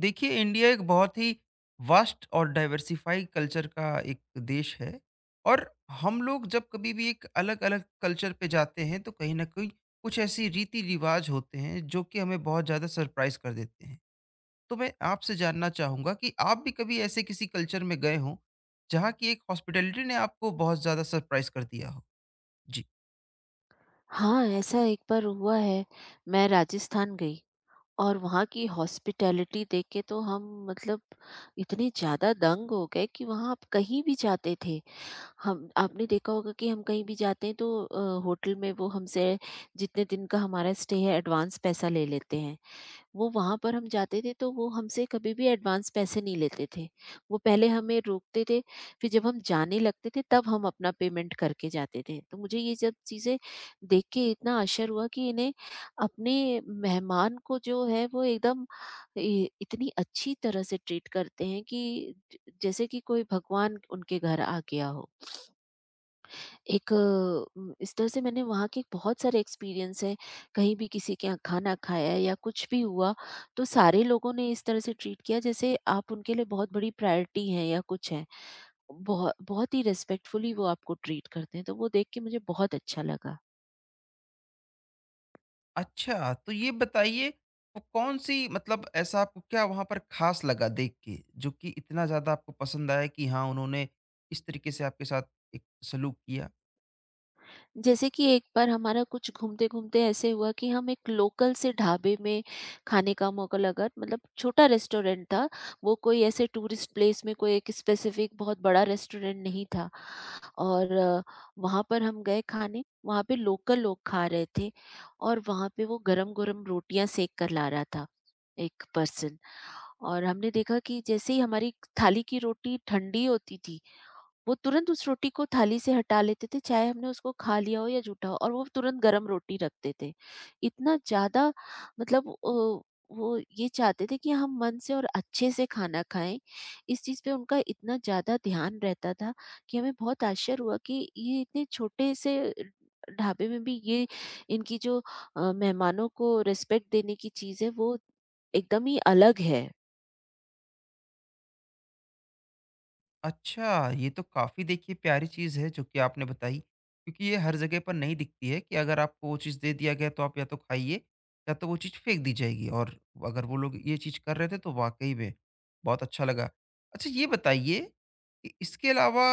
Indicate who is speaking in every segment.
Speaker 1: देखिए, इंडिया एक बहुत ही वास्ट और डाइवर्सिफाई कल्चर का एक देश है। और हम लोग जब कभी भी एक अलग-अलग कल्चर पे जाते हैं तो कहीं न कहीं कुछ ऐसी रीति-रिवाज होते हैं जो कि हमें बहुत ज़्यादा सरप्राइज़ कर देते हैं। तो मैं आपसे जानना चाहूँगा कि आप भी कभी ऐसे किसी कल्चर में गए हों, जहाँ की एक हॉस्पिटैलिटी ने आपको बहुत ज़्यादा सरप्राइज़ कर दिया हो? जी।
Speaker 2: हाँ, ऐसा एक बार हुआ है। मैं राजस्थान गई और वहाँ की हॉस्पिटैलिटी देख के तो हम मतलब इतने ज़्यादा दंग हो गए कि वहाँ आप कहीं भी जाते थे। हम, आपने देखा होगा कि हम कहीं भी जाते हैं तो होटल में वो हमसे जितने दिन का हमारा स्टे है एडवांस पैसा ले लेते हैं। वो वहाँ पर हम जाते थे तो वो हमसे कभी भी एडवांस पैसे नहीं लेते थे। वो पहले हमें रोकते थे, फिर जब हम जाने लगते थे तब हम अपना पेमेंट करके जाते थे। तो मुझे ये सब चीज़ें देख के इतना आश्चर्य हुआ कि इन्हें अपने मेहमान को जो है वो एकदम इ इतनी अच्छी तरह से ट्रीट करते हैं कि ज जैसे कि कोई भगवान उनके घर आ गया हो। एक अ, इस तरह से मैंने वहाँ के बहुत सारे एक्सपीरियंस हैं, कहीं भी किसी के यहाँ खाना खाया है या कुछ भी हुआ, तो सारे लोगों ने इस तरह से ट्रीट किया जैसे आप उनके लिए बहुत बड़ी प्रायोरिटी हैं या कुछ हैं। बहुत ही रिस्पेक्टफुली वो आपको ट्रीट करते हैं, तो वो देख के मुझे बहुत अच्छा लगा।
Speaker 1: अच्छा, तो ये बताइए वो कौन-सी मतलब ऐसा आपको क्या वहाँ पर ख़ास लगा देख के, जो कि इतना ज़्यादा आपको पसंद आया कि हाँ, उन्होंने इस तरीके से आपके साथ एक सलूक किया?
Speaker 2: जैसे कि एक बार हमारा कुछ घूमते-घूमते ऐसे हुआ कि हम एक लोकल से ढाबे में खाने का मौका लगा, मतलब छोटा रेस्टोरेंट था, वो कोई ऐसे टूरिस्ट प्लेस में कोई एक स्पेसिफिक बहुत बड़ा रेस्टोरेंट नहीं था। और वहाँ पर हम गए खाने, वहाँ पे लोकल लोग खा रहे थे और वहाँ पे वो गरम-गरम रोटियाँ सेक कर ला रहा था, एक पर्सन। और हमने देखा कि जैसे ही हमारी थाली की रोटी ठंडी होती थी, वो तुरंत उस रोटी को थाली से हटा लेते थे, चाहे हमने उसको खा लिया हो या जूठा हो, और वो तुरंत गरम रोटी रखते थे। इतना ज़्यादा मतलब वो ये चाहते थे कि हम मन से और अच्छे से खाना खाएँ। इस चीज़ पे उनका इतना ज़्यादा ध्यान रहता था कि हमें बहुत आश्चर्य हुआ कि ये इतने छोटे से ढाबे में भी ये इनकी जो मेहमानों को रिस्पेक्ट देने की चीज़ है, वो एकदम ही अलग है।
Speaker 1: अच्छा, ये तो काफ़ी देखिए प्यारी चीज़ है जो कि आपने बताई, क्योंकि ये हर जगह पर नहीं दिखती है कि अगर आपको वो चीज़ दे दिया गया तो आप या तो खाइए या तो वो चीज़ फेंक दी जाएगी। और अगर वो लोग ये चीज़ कर रहे थे तो वाक़ई में बहुत अच्छा लगा। अच्छा, ये बताइए कि इसके अलावा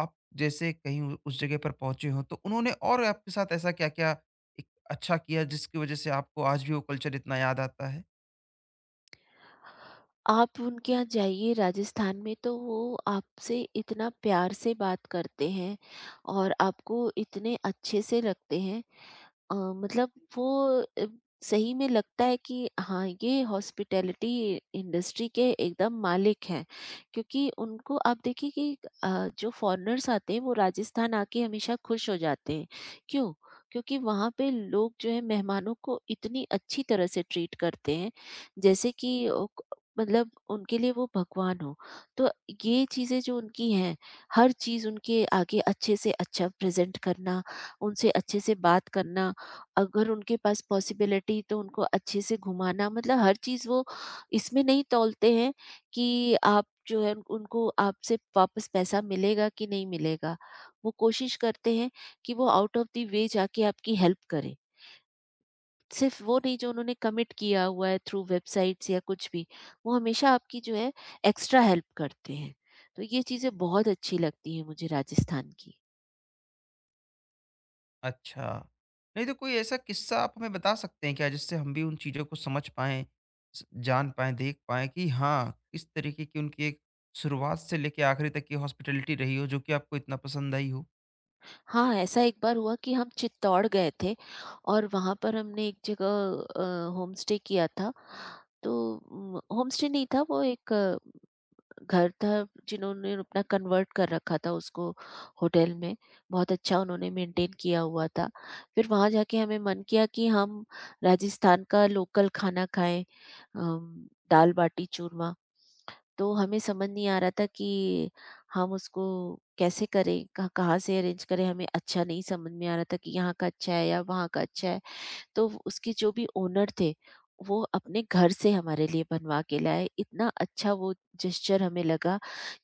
Speaker 1: आप जैसे कहीं उ उस जगह पर पहुँचे हों तो उन्होंने और आपके साथ ऐसा क्या-क्या एक अच्छा किया जिसकी वज़ह से आपको आज भी वो कल्चर इतना याद आता है?
Speaker 2: आप उनके यहाँ जाइए राजस्थान में तो वो आपसे इतना प्यार से बात करते हैं और आपको इतने अच्छे से रखते हैं। मतलब वो अ, सही में लगता है कि हाँ, ये हॉस्पिटैलिटी इंडस्ट्री के एकदम मालिक हैं, क्योंकि उनको आप देखिए कि जो फॉरेनर्स आते हैं वो राजस्थान आके हमेशा खुश हो जाते हैं। क्यों? क्योंकि वहाँ पे लोग जो है मेहमानों को इतनी अच्छी तरह से ट्रीट करते हैं जैसे कि मतलब उनके लिए वो भगवान हो। तो ये चीज़ें जो उनकी हैं, हर चीज़ उनके आगे अच्छे से अच्छा प्रेजेंट करना, उनसे अच्छे से बात करना, अगर उनके पास पॉसिबिलिटी तो उनको अच्छे से घुमाना, मतलब हर चीज़ वो इसमें नहीं तौलते हैं कि आप जो है उनको आपसे वापस पैसा मिलेगा कि नहीं मिलेगा। वो कोशिश करते हैं कि वो आउट ऑफ द वे जाके आपकी हेल्प करें। सिर्फ वो नहीं जो उन्होंने कमिट किया हुआ है थ्रू वेबसाइट्स या कुछ भी, वो हमेशा आपकी जो है एक्स्ट्रा हेल्प करते हैं। तो ये चीज़ें बहुत अच्छी लगती हैं मुझे राजस्थान की।
Speaker 1: अच्छा। नहीं तो कोई ऐसा किस्सा आप हमें बता सकते हैं क्या जिससे हम भी उन चीज़ों को समझ पाएँ, स जान पाएँ, देख पाएँ कि हाँ, इस तरीके की उनकी एक शुरुआत से लेके आखिरी तक की हॉस्पिटैलिटी रही हो जो कि आपको इतना पसंद आई हो?
Speaker 2: हाँ, ऐसा एक बार हुआ कि हम चित्तौड़ गए थे और वहाँ पर हमने एक जगह होमस्टे किया था। तो होमस्टे नहीं था, वो एक घर था जिन्होंने अपना कन्वर्ट कर रखा था उसको होटल में। बहुत अच्छा उन्होंने मेंटेन किया हुआ था। फिर वहाँ जाके हमें मन किया कि हम राजस्थान का लोकल खाना खाएँ, अम, दाल-बाटी चूरमा। तो हमें समझ नहीं आ रहा था कि हम उसको कैसे करें, कहाँ कहाँ से अरेंज करें, हमें अच्छा नहीं समझ में आ रहा था कि यहाँ का अच्छा है या वहाँ का अच्छा है। तो उसके जो भी ओनर थे, वो अपने घर से हमारे लिए बनवा के लाए। इतना अच्छा वो जेस्चर हमें लगा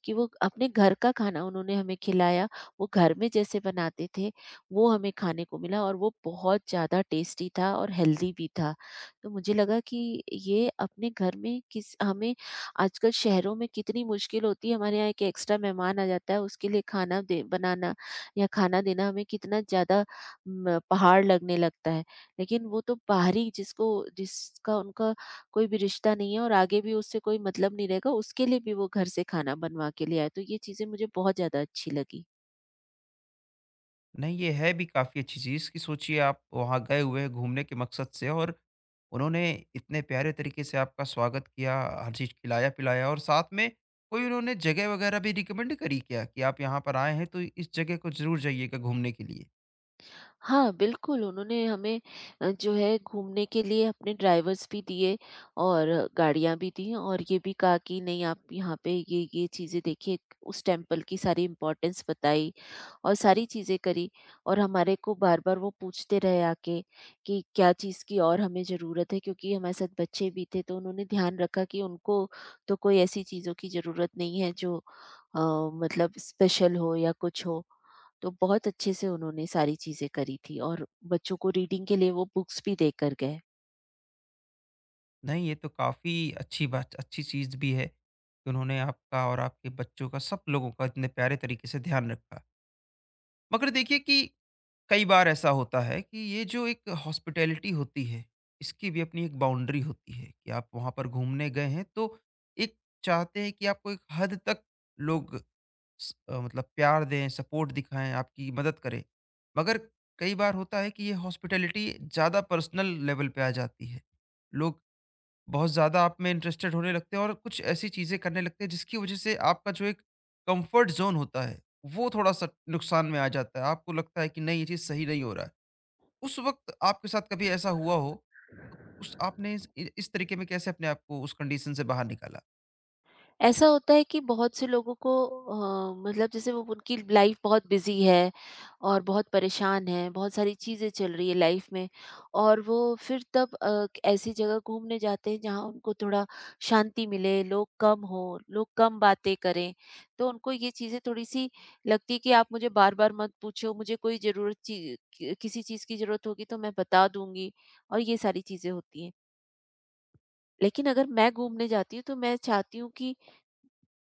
Speaker 2: कि वो अपने घर का खाना उन्होंने हमें खिलाया। वो घर में जैसे बनाते थे, वो हमें खाने को मिला, और वो बहुत ज़्यादा टेस्टी था और हेल्दी भी था। तो मुझे लगा कि ये अपने घर में किस हमें, आजकल शहरों में कितनी मुश्किल होती है, हमारे यहाँ एक एक्स्ट्रा मेहमान आ जाता है, उसके लिए खाना दे बनाना या खाना देना हमें कितना ज़्यादा म पहाड़ लगने लगता है। लेकिन वो तो बाहरी, जिसको जिसका उनका कोई भी रिश्ता नहीं है और आगे भी उससे कोई मतलब नहीं रहेगा, उसके लिए भी वो घर से खाना बनवा के ले आए। तो ये चीज़ें मुझे बहुत ज़्यादा अच्छी लगी।
Speaker 1: नहीं, ये है भी काफ़ी अच्छी चीज़ कि सोचिए आप वहाँ गए हुए हैं घूमने के मकसद से और उन्होंने इतने प्यारे तरीके से आपका स्वागत किया, हर चीज़ खिलाया-पिलाया और साथ में कोई उन्होंने जगह वगैरह भी रिकमेंड करी क्या कि आप यहाँ पर आए हैं तो इस जगह को ज़रूर जाइएगा घूमने के लिए?
Speaker 2: हाँ, बिल्कुल, उन्होंने हमें जो है घूमने के लिए अपने ड्राइवर्स भी दिए और गाड़ियाँ भी दीं, और ये भी कहा कि नहीं आप यहाँ पे ये चीज़ें देखिए, उस टेम्पल की सारी इम्पोर्टेंस बताई और सारी चीज़ें करी। और हमारे को बार-बार वो पूछते रहे आके कि क्या चीज़ की और हमें ज़रूरत है, क्योंकि हमारे साथ बच्चे भी थे, तो उन्होंने ध्यान रखा कि उनको तो कोई ऐसी चीज़ों की ज़रूरत नहीं है जो अ, मतलब स्पेशल हो या कुछ हो। तो बहुत अच्छे से उन्होंने सारी चीज़ें करी थी, और बच्चों को रीडिंग के लिए वो बुक्स भी देकर गए।
Speaker 1: नहीं, ये तो काफ़ी अच्छी बात अच्छी चीज़ भी है कि उन्होंने आपका और आपके बच्चों का, सब लोगों का इतने प्यारे तरीके से ध्यान रखा। मगर देखिए कि कई बार ऐसा होता है कि ये जो एक हॉस्पिटैलिटी होती है, इसकी भी अपनी एक बाउंड्री होती है कि आप वहाँ पर घूमने गए हैं, तो एक चाहते हैं कि आपको एक हद तक लोग स मतलब प्यार दें, सपोर्ट दिखाएँ, आपकी मदद करें। मगर कई बार होता है कि ये हॉस्पिटैलिटी ज़्यादा पर्सनल लेवल पे आ जाती है। लोग बहुत ज़्यादा आप में इंटरेस्टेड होने लगते हैं और कुछ ऐसी चीज़ें करने लगते हैं जिसकी वजह से आपका जो एक कंफर्ट जोन होता है वो थोड़ा-सा नुकसान में आ जाता है। आपको लगता है कि नहीं, ये चीज़ सही नहीं हो रहा है। उस वक़्त आपके साथ कभी ऐसा हुआ हो? तो उस आपने इस तरीके में कैसे अपने आप को उस कंडीशन से बाहर निकाला?
Speaker 2: ऐसा होता है कि बहुत से लोगों को मतलब जैसे वो, उनकी लाइफ बहुत बिजी है और बहुत परेशान है, बहुत सारी चीज़ें चल रही है लाइफ में, और वो फिर तब ऐसी जगह घूमने जाते हैं जहाँ उनको थोड़ा शांति मिले, लोग कम हो, लोग कम बातें करें। तो उनको ये चीज़ें थोड़ी सी लगती है कि आप मुझे बार बार मत पूछो, मुझे कोई ज़रूरत, किसी चीज़ की ज़रूरत होगी तो मैं बता दूंगी, और ये सारी चीज़ें होती हैं। लेकिन अगर मैं घूमने जाती हूँ तो मैं चाहती हूँ कि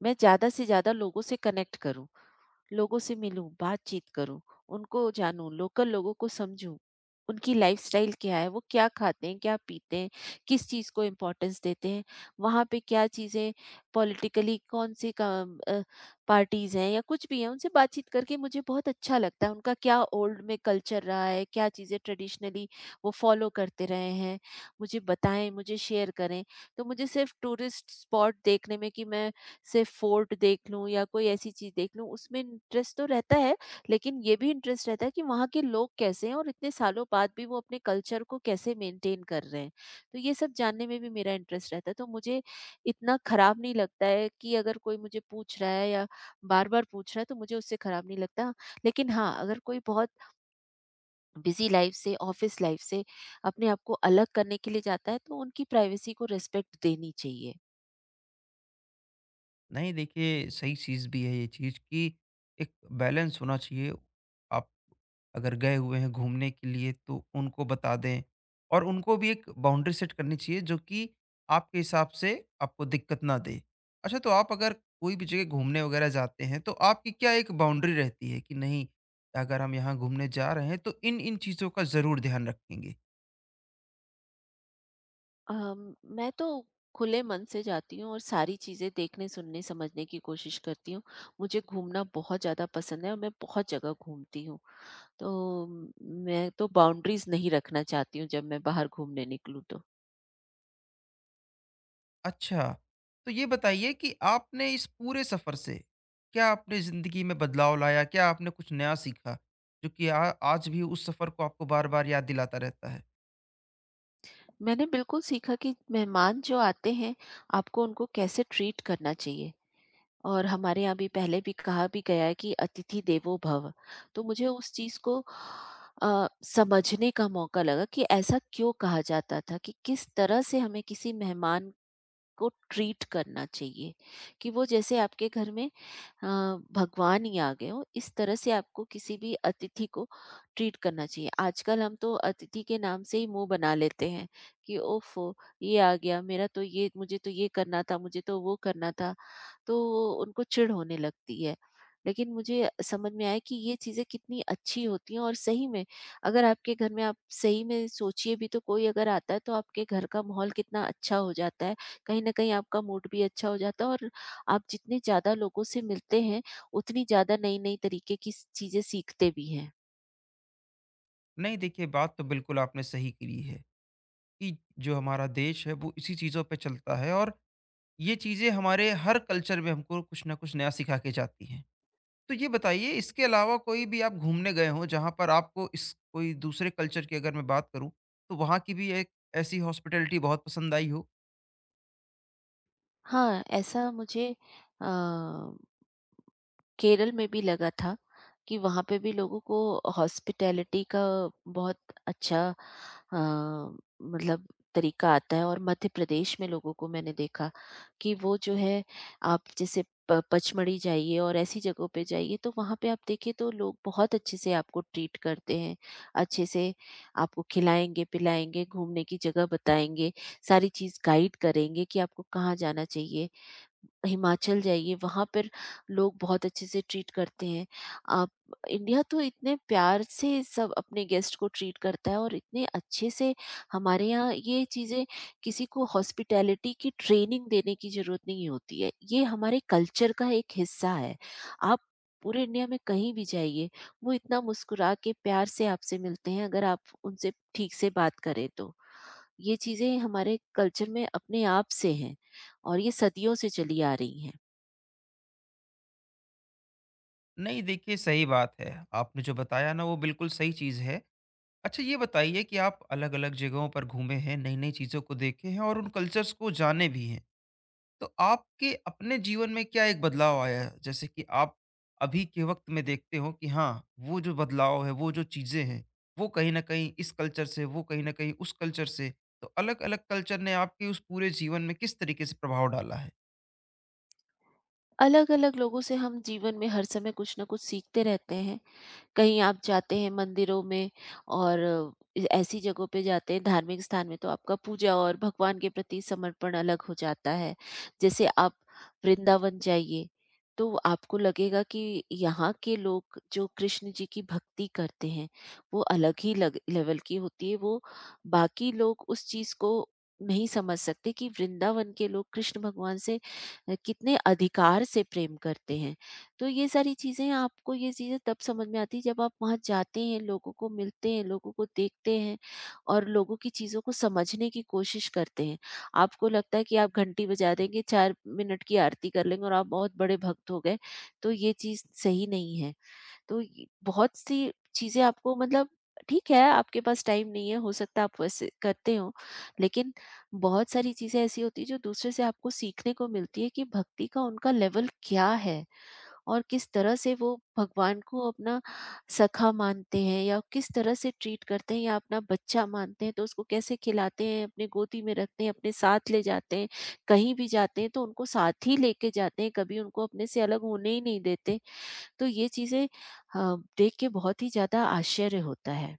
Speaker 2: मैं ज़्यादा से ज़्यादा लोगों से कनेक्ट करूँ, लोगों से मिलूँ, बातचीत करूँ, उनको जानूँ, लोकल लोगों को समझूँ, उनकी लाइफ़स्टाइल क्या है, वो क्या खाते हैं, क्या पीते हैं, किस चीज़ को इम्पोर्टेंस देते हैं, वहाँ पे क्या चीज़ें पॉलिटिकली कौन सी पार्टीज़ हैं या कुछ भी है, उनसे बातचीत करके मुझे बहुत अच्छा लगता है। उनका क्या ओल्ड में कल्चर रहा है, क्या चीज़ें ट्रेडिशनली वो फॉलो करते रहे हैं, मुझे बताएँ, मुझे शेयर करें। तो मुझे सिर्फ टूरिस्ट स्पॉट देखने में, कि मैं सिर्फ फोर्ट देख लूँ या कोई ऐसी चीज़ देख लूँ, उसमें इंटरेस्ट तो रहता है, लेकिन ये भी इंटरेस्ट रहता है कि वहाँ के लोग कैसे हैं और इतने सालों बाद भी वो अपने कल्चर को कैसे मेंटेन कर रहे हैं। तो ये सब जानने में भी मेरा इंटरेस्ट रहता है, तो मुझे इतना खराब नहीं लगता है कि अगर कोई मुझे पूछ रहा है या बार-बार पूछ रहा है, तो मुझे उससे खराब नहीं लगता। लेकिन हाँ, अगर कोई बहुत बिज़ी लाइफ़ से, ऑफ़िस लाइफ़ से अपने आप को अलग करने के लिए जाता है, तो उनकी प्राइवेसी को रिस्पेक्ट देनी चाहिए।
Speaker 1: नहीं देखिए, सही चीज़ भी है ये चीज़ कि एक बैलेंस होना चाहिए। आप अगर गए हुए हैं घूमने के लिए तो उनको बता दें और उनको भी एक बाउंड्री सेट करनी चाहिए जो कि आपके हिसाब से आपको दिक्कत ना दे। अच्छा, तो आप अगर कोई भी जगह घूमने वगैरह जाते हैं तो आपकी क्या एक बाउंड्री रहती है कि नहीं, अगर हम यहाँ घूमने जा रहे हैं तो इन-इन चीज़ों का ज़रूर ध्यान रखेंगे?
Speaker 2: मैं तो खुले मन से जाती हूँ और सारी चीज़ें देखने, सुनने, समझने की कोशिश करती हूँ। मुझे घूमना बहुत ज़्यादा पसंद है और मैं बहुत जगह घूमती हूँ। तो मैं तो बाउंड्रीज़ नहीं रखना चाहती हूँ जब मैं बाहर घूमने निकलूँ तो।
Speaker 1: अच्छा, तो ये बताइए कि आपने इस पूरे सफ़र से, क्या आपने ज़िंदगी में बदलाव लाया? क्या आपने कुछ नया सीखा, जो कि आ आज भी उस सफ़र को आपको बार-बार याद दिलाता रहता है?
Speaker 2: मैंने बिल्कुल सीखा कि मेहमान जो आते हैं, आपको उनको कैसे ट्रीट करना चाहिए। और हमारे यहाँ भी पहले भी कहा भी गया है कि अतिथि देवो भव। तो मुझे उस चीज को समझने का मौका लगा कि ऐसा क्यों कहा जाता था, कि किस तरह से हमें किसी मेहमान को ट्रीट करना चाहिए, कि वो जैसे आपके घर में अ, भगवान ही आ गए हो, इस तरह से आपको किसी भी अतिथि को ट्रीट करना चाहिए। आजकल हम तो अतिथि के नाम से ही मुंह बना लेते हैं कि ओफो, ये आ गया, मेरा तो ये, मुझे तो ये करना था, मुझे तो वो करना था, तो उनको चिढ़ होने लगती है। लेकिन मुझे समझ में आया कि ये चीज़ें कितनी अच्छी होती हैं, और सही में, अगर आपके घर में आप सही में सोचिए भी तो, कोई अगर आता है तो आपके घर का माहौल कितना अच्छा हो जाता है, कहीं ना कहीं आपका मूड भी अच्छा हो जाता है। और आप जितने ज़्यादा लोगों से मिलते हैं, उतनी ज़्यादा नई-नई तरीके की स चीज़ें सीखते भी हैं।
Speaker 1: नहीं देखिए, बात तो बिल्कुल आपने सही करी है, कि जो हमारा देश है वो इसी चीज़ों पे चलता है और ये चीज़ें हमारे हर कल्चर में हमको कुछ न कुछ नया सिखा के जाती हैं। तो ये बताइए इसके अलावा कोई भी आप घूमने गए हों जहाँ पर आपको इस कोई दूसरे कल्चर की अगर मैं बात करूँ, तो वहाँ की भी एक ऐसी हॉस्पिटैलिटी बहुत पसंद आई हो?
Speaker 2: हाँ, ऐसा मुझे अ, केरल में भी लगा था, कि वहाँ पे भी लोगों को हॉस्पिटैलिटी का बहुत अच्छा अ, मतलब तरीका आता है, और मध्य प्रदेश में लोगों को मैंने देखा कि वो जो है, आप जैसे पचमढ़ी जाइए और ऐसी जगहों पे जाइए तो वहाँ पे आप देखिए तो लोग बहुत अच्छे से आपको ट्रीट करते हैं। अच्छे से आपको खिलाएंगे, पिलाएंगे, घूमने की जगह बताएंगे, सारी चीज़ गाइड करेंगे कि आपको कहाँ जाना चाहिए। हिमाचल जाइए, वहाँ पर लोग बहुत अच्छे से ट्रीट करते हैं। आप, इंडिया तो इतने प्यार से सब अपने गेस्ट को ट्रीट करता है, और इतने अच्छे से। हमारे यहाँ ये चीज़ें, किसी को हॉस्पिटैलिटी की ट्रेनिंग देने की ज़रूरत नहीं होती है। ये हमारे कल्चर का एक हिस्सा है। आप पूरे इंडिया में कहीं भी जाइए, वो इतना मुस्कुरा के प्यार से आपसे मिलते हैं, अगर आप उनसे ठीक से बात करें तो। ये चीज़ें हमारे कल्चर में अपने आप से हैं, और ये सदियों से चली आ रही हैं।
Speaker 1: नहीं देखिए, सही बात है। आपने जो बताया ना वो बिल्कुल सही चीज़ है। अच्छा, ये बताइए कि आप अलग-अलग जगहों पर घूमे हैं, नई-नई चीज़ों को देखे हैं और उन कल्चर्स को जाने भी हैं। तो आपके अपने जीवन में क्या एक बदलाव आया है? जैसे कि आप अभी के वक़्त में देखते हो कि हाँ, वो जो बदलाव है, वो जो चीज़ें हैं, वो कहीं न कहीं इस कल्चर से, वो कहीं न कहीं उस कल्चर से, तो अलग-अलग कल्चर ने आपके उस पूरे जीवन में किस तरीके से प्रभाव डाला है?
Speaker 2: अलग-अलग लोगों से हम जीवन में हर समय कुछ ना कुछ सीखते रहते हैं। कहीं आप जाते हैं मंदिरों में और ऐसी जगहों पे जाते हैं, धार्मिक स्थान में, तो आपका पूजा और भगवान के प्रति समर्पण अलग हो जाता है। जैसे आप वृंदावन जाइए, तो आपको लगेगा कि यहाँ के लोग जो कृष्ण जी की भक्ति करते हैं, वो अलग ही लेवल की होती है। वो बाकी लोग उस चीज को नहीं समझ सकते, कि वृंदावन के लोग कृष्ण भगवान से कितने अधिकार से प्रेम करते हैं। तो ये सारी चीज़ें आपको, ये चीज़ें तब समझ में आती है जब आप वहाँ जाते हैं, लोगों को मिलते हैं, लोगों को देखते हैं, और लोगों की चीज़ों को समझने की कोशिश करते हैं। आपको लगता है कि आप घंटी बजा देंगे, 4 मिनट की आरती कर लेंगे और आप बहुत बड़े भक्त हो गए, तो ये चीज़ सही नहीं है। तो ये बहुत सी चीज़ें आपको, मतलब ठीक है, आपके पास टाइम नहीं है, हो सकता है आप वैसे करते हो, लेकिन बहुत सारी चीज़ें ऐसी होती हैं जो दूसरे से आपको सीखने को मिलती है, कि भक्ति का उनका लेवल क्या है? और किस तरह से वो भगवान को अपना सखा मानते हैं, या किस तरह से ट्रीट करते हैं, या अपना बच्चा मानते हैं तो उसको कैसे खिलाते हैं, अपने गोदी में रखते हैं, अपने साथ ले जाते हैं, कहीं भी जाते हैं तो उनको साथ ही लेके जाते हैं, कभी उनको अपने से अलग होने ही नहीं देते। तो ये चीजें देख के बहुत ही ज्यादा आश्चर्य होता है।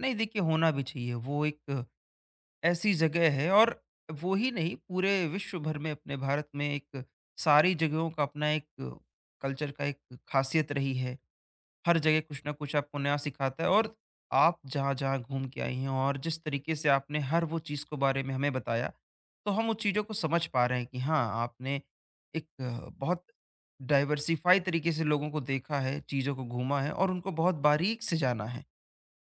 Speaker 1: नहीं देखिए, होना भी चाहिए। वो एक ऐसी जगह है और वो ही नहीं पूरे विश्व भर में अपने भारत में एक सारी जगहों का अपना एक कल्चर का एक खासियत रही है। हर जगह कुछ ना कुछ आपको नया सिखाता है और आप जहाँ-जहाँ घूम के आई हैं और जिस तरीके से आपने हर वो चीज़ के बारे में हमें बताया, तो हम उन चीज़ों को समझ पा रहे हैं कि हाँ, आपने एक बहुत डाइवर्सिफ़ाई तरीके से लोगों को देखा है, चीज़ों को घूमा है और उनको बहुत बारीक से जाना है।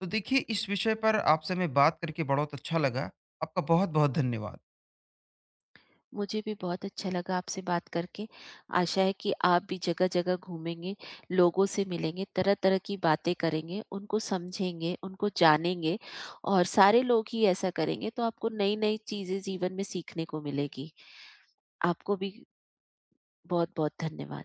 Speaker 1: तो देखिए, इस विषय पर आपसे मैं बात करके बहुत अच्छा लगा। आपका बहुत-बहुत धन्यवाद।
Speaker 2: मुझे भी बहुत अच्छा लगा आपसे बात करके। आशा है कि आप भी जगह-जगह घूमेंगे, लोगों से मिलेंगे, तरह-तरह की बातें करेंगे, उनको समझेंगे, उनको जानेंगे, और सारे लोग ही ऐसा करेंगे तो आपको नई-नई चीज़ें जीवन में सीखने को मिलेगी। आपको भी बहुत-बहुत धन्यवाद।